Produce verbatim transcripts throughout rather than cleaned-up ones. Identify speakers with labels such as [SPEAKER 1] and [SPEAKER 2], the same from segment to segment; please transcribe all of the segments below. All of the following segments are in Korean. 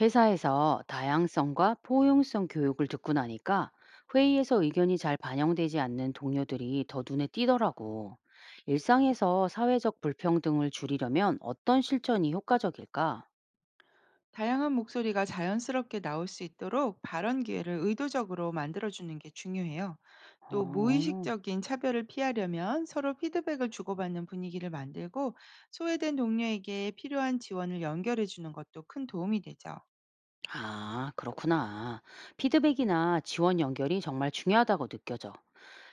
[SPEAKER 1] 회사에서 다양성과 포용성 교육을 듣고 나니까 회의에서 의견이 잘 반영되지 않는 동료들이 더 눈에 띄더라고. 일상에서 사회적 불평등을 줄이려면 어떤 실천이 효과적일까?
[SPEAKER 2] 다양한 목소리가 자연스럽게 나올 수 있도록 발언 기회를 의도적으로 만들어주는 게 중요해요. 또
[SPEAKER 1] 어,
[SPEAKER 2] 무의식적인 차별을 피하려면 서로 피드백을 주고받는 분위기를 만들고, 소외된 동료에게 필요한 지원을 연결해 주는 것도 큰 도움이 되죠.
[SPEAKER 1] 아, 그렇구나. 피드백이나 지원 연결이 정말 중요하다고 느껴져.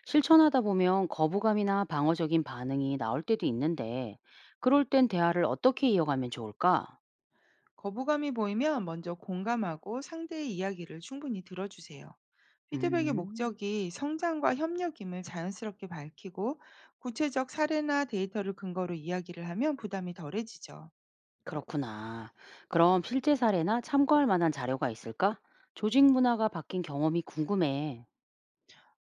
[SPEAKER 1] 실천하다 보면 거부감이나 방어적인 반응이 나올 때도 있는데, 그럴 땐 대화를 어떻게 이어가면 좋을까?
[SPEAKER 2] 거부감이 보이면 먼저 공감하고 상대의 이야기를 충분히 들어주세요. 피드백의
[SPEAKER 1] 음.
[SPEAKER 2] 목적이 성장과 협력임을 자연스럽게 밝히고, 구체적 사례나 데이터를 근거로 이야기를 하면 부담이 덜해지죠.
[SPEAKER 1] 그렇구나. 그럼 실제 사례나 참고할 만한 자료가 있을까? 조직 문화가 바뀐 경험이 궁금해.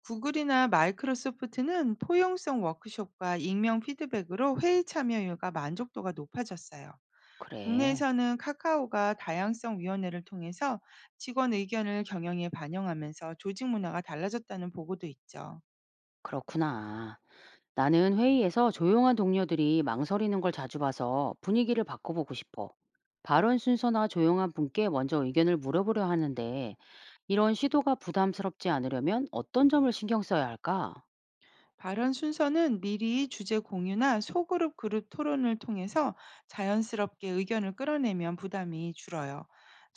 [SPEAKER 2] 구글이나 마이크로소프트는 포용성 워크숍과 익명 피드백으로 회의 참여율과 만족도가 높아졌어요.
[SPEAKER 1] 그래,
[SPEAKER 2] 국내에서는 카카오가 다양성위원회를 통해서 직원 의견을 경영에 반영하면서 조직 문화가 달라졌다는 보고도 있죠.
[SPEAKER 1] 그렇구나. 나는 회의에서 조용한 동료들이 망설이는 걸 자주 봐서 분위기를 바꿔보고 싶어. 발언 순서나 조용한 분께 먼저 의견을 물어보려 하는데, 이런 시도가 부담스럽지 않으려면 어떤 점을 신경 써야 할까?
[SPEAKER 2] 발언 순서는 미리 주제 공유나 소그룹 그룹 토론을 통해서 자연스럽게 의견을 끌어내면 부담이 줄어요.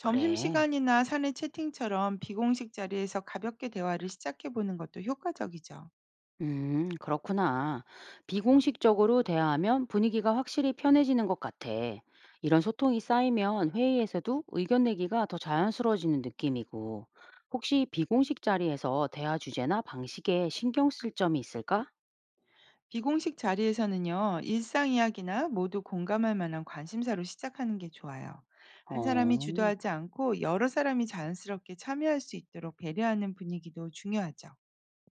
[SPEAKER 1] 그래.
[SPEAKER 2] 사내 채팅처럼 비공식 자리에서 가볍게 대화를 시작해보는 것도 효과적이죠.
[SPEAKER 1] 음, 그렇구나. 비공식적으로 대화하면 분위기가 확실히 편해지는 것 같아. 이런 소통이 쌓이면 회의에서도 의견 내기가 더 자연스러워지는 느낌이고, 혹시 비공식 자리에서 대화 주제나 방식에 신경 쓸 점이 있을까?
[SPEAKER 2] 비공식 자리에서는요, 일상 이야기나 모두 공감할 만한 관심사로 시작하는 게 좋아요. 한 사람이
[SPEAKER 1] 어,
[SPEAKER 2] 주도하지 않고, 여러 사람이 자연스럽게 참여할 수 있도록 배려하는 분위기도 중요하죠.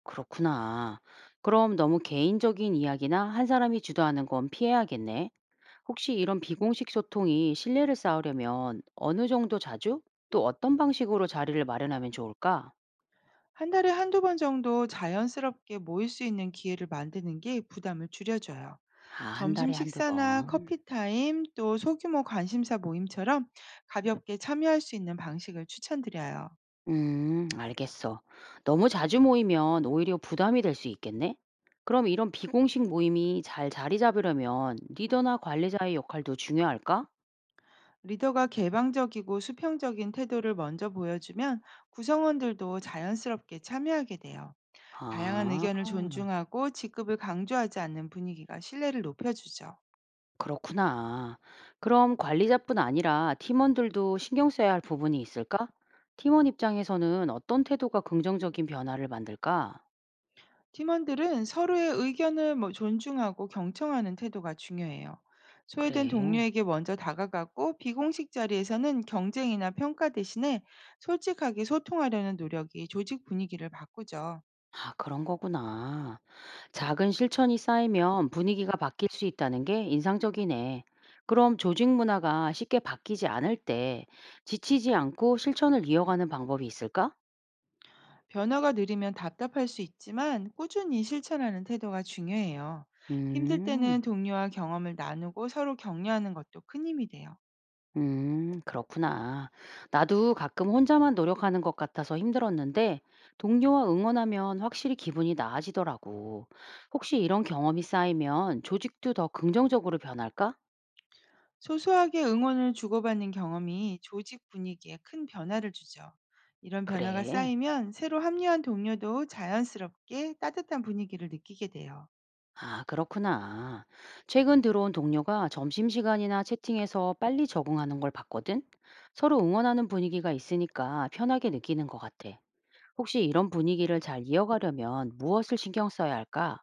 [SPEAKER 1] 그렇구나. 그럼 너무 개인적인 이야기나 한 사람이 주도하는 건 피해야겠네. 혹시 이런 비공식 소통이 신뢰를 쌓으려면 어느 정도 자주? 또 어떤 방식으로 자리를 마련하면 좋을까?
[SPEAKER 2] 한 달에 한두 번 정도 자연스럽게 모일 수 있는 기회를 만드는 게 부담을 줄여줘요.
[SPEAKER 1] 아 한
[SPEAKER 2] 점심
[SPEAKER 1] 달에 한두
[SPEAKER 2] 식사나
[SPEAKER 1] 번.
[SPEAKER 2] 커피 타임, 또 소규모 관심사 모임처럼 가볍게 참여할 수 있는 방식을 추천드려요.
[SPEAKER 1] 음 알겠어. 너무 자주 모이면 오히려 부담이 될 수 있겠네? 그럼 이런 비공식 모임이 잘 자리 잡으려면 리더나 관리자의 역할도 중요할까?
[SPEAKER 2] 리더가 개방적이고 수평적인 태도를 먼저 보여주면, 구성원들도 자연스럽게 참여하게 돼요. 다양한 의견을
[SPEAKER 1] 아
[SPEAKER 2] 존중하고 직급을 강조하지 않는 분위기가 신뢰를 높여주죠.
[SPEAKER 1] 그렇구나. 그럼 관리자뿐 아니라 팀원들도 신경 써야 할 부분이 있을까? 팀원 입장에서는 어떤 태도가 긍정적인 변화를 만들까?
[SPEAKER 2] 팀원들은 서로의 의견을 뭐 존중하고 경청하는 태도가 중요해요. 소외된
[SPEAKER 1] 그래.
[SPEAKER 2] 동료에게 먼저 다가가고, 비공식 자리에서는 경쟁이나 평가 대신에 솔직하게 소통하려는 노력이 조직 분위기를 바꾸죠.
[SPEAKER 1] 아, 그런 거구나. 작은 실천이 쌓이면 분위기가 바뀔 수 있다는 게 인상적이네. 그럼 조직 문화가 쉽게 바뀌지 않을 때 지치지 않고 실천을 이어가는 방법이 있을까?
[SPEAKER 2] 변화가 느리면 답답할 수 있지만, 꾸준히 실천하는 태도가 중요해요. 힘들
[SPEAKER 1] 음,
[SPEAKER 2] 때는 동료와 경험을 나누고 서로 격려하는 것도 큰 힘이 돼요.
[SPEAKER 1] 음, 그렇구나. 나도 가끔 혼자만 노력하는 것 같아서 힘들었는데 동료와 응원하면 확실히 기분이 나아지더라고. 혹시 이런 경험이 쌓이면 조직도 더 긍정적으로 변할까?
[SPEAKER 2] 소소하게 응원을 주고받는 경험이 조직 분위기에 큰 변화를 주죠. 이런 변화가
[SPEAKER 1] 그래.
[SPEAKER 2] 쌓이면 새로 합류한 동료도 자연스럽게 따뜻한 분위기를 느끼게 돼요.
[SPEAKER 1] 아, 그렇구나. 최근 들어온 동료가 점심시간이나 채팅에서 빨리 적응하는 걸 봤거든? 서로 응원하는 분위기가 있으니까 편하게 느끼는 것 같아. 혹시 이런 분위기를 잘 이어가려면 무엇을 신경 써야 할까?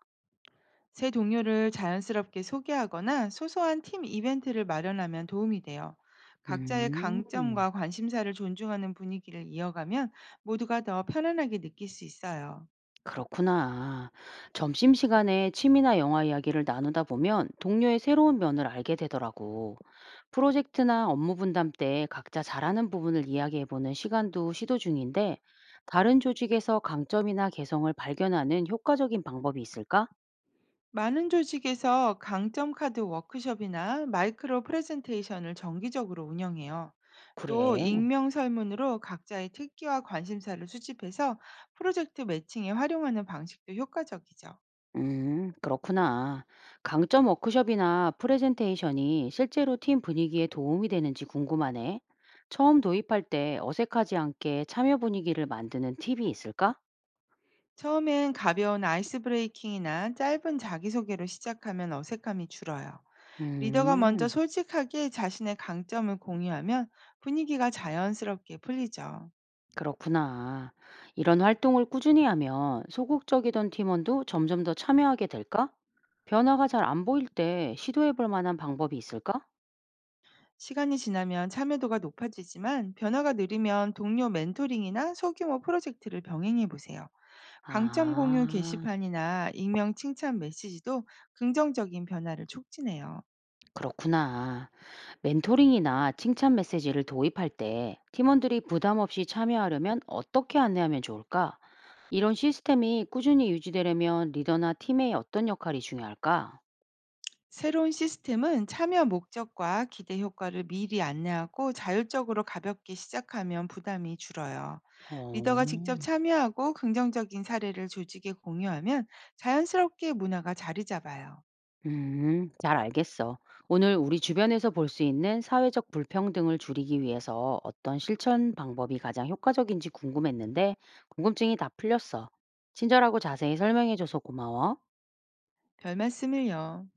[SPEAKER 2] 새 동료를 자연스럽게 소개하거나 소소한 팀 이벤트를 마련하면 도움이 돼요. 각자의
[SPEAKER 1] 음,
[SPEAKER 2] 강점과 관심사를 존중하는 분위기를 이어가면, 모두가 더 편안하게 느낄 수 있어요.
[SPEAKER 1] 그렇구나. 점심시간에 취미나 영화 이야기를 나누다 보면 동료의 새로운 면을 알게 되더라고. 프로젝트나 업무 분담 때 각자 잘하는 부분을 이야기해보는 시간도 시도 중인데, 다른 조직에서 강점이나 개성을 발견하는 효과적인 방법이 있을까?
[SPEAKER 2] 많은 조직에서 강점 카드 워크숍이나 마이크로 프레젠테이션을 정기적으로 운영해요. 또
[SPEAKER 1] 그래.
[SPEAKER 2] 익명 설문으로 각자의 특기와 관심사를 수집해서 프로젝트 매칭에 활용하는 방식도 효과적이죠.
[SPEAKER 1] 음, 그렇구나. 강점 워크숍이나 프레젠테이션이 실제로 팀 분위기에 도움이 되는지 궁금하네. 처음 도입할 때 어색하지 않게 참여 분위기를 만드는 팁이 있을까?
[SPEAKER 2] 처음엔 가벼운 아이스 브레이킹이나 짧은 자기소개로 시작하면 어색함이 줄어요. 리더가 먼저
[SPEAKER 1] 음,
[SPEAKER 2] 솔직하게 자신의 강점을 공유하면, 분위기가 자연스럽게 풀리죠.
[SPEAKER 1] 그렇구나. 이런 활동을 꾸준히 하면 소극적이던 팀원도 점점 더 참여하게 될까? 변화가 잘 안 보일 때 시도해 볼 만한 방법이 있을까?
[SPEAKER 2] 시간이 지나면 참여도가 높아지지만, 변화가 느리면 동료 멘토링이나 소규모 프로젝트를 병행해 보세요. 강점 공유
[SPEAKER 1] 아,
[SPEAKER 2] 게시판이나 익명 칭찬 메시지도 긍정적인 변화를 촉진해요.
[SPEAKER 1] 그렇구나. 멘토링이나 칭찬 메시지를 도입할 때 팀원들이 부담 없이 참여하려면 어떻게 안내하면 좋을까? 이런 시스템이 꾸준히 유지되려면 리더나 팀의 어떤 역할이 중요할까?
[SPEAKER 2] 새로운 시스템은 참여 목적과 기대 효과를 미리 안내하고, 자율적으로 가볍게 시작하면 부담이 줄어요. 리더가 직접
[SPEAKER 1] 어,
[SPEAKER 2] 참여하고 긍정적인 사례를 조직에 공유하면, 자연스럽게 문화가 자리 잡아요.
[SPEAKER 1] 음, 잘 알겠어. 오늘 우리 주변에서 볼 수 있는 사회적 불평등을 줄이기 위해서 어떤 실천 방법이 가장 효과적인지 궁금했는데 궁금증이 다 풀렸어. 친절하고 자세히 설명해줘서 고마워.
[SPEAKER 2] 별 말씀을요.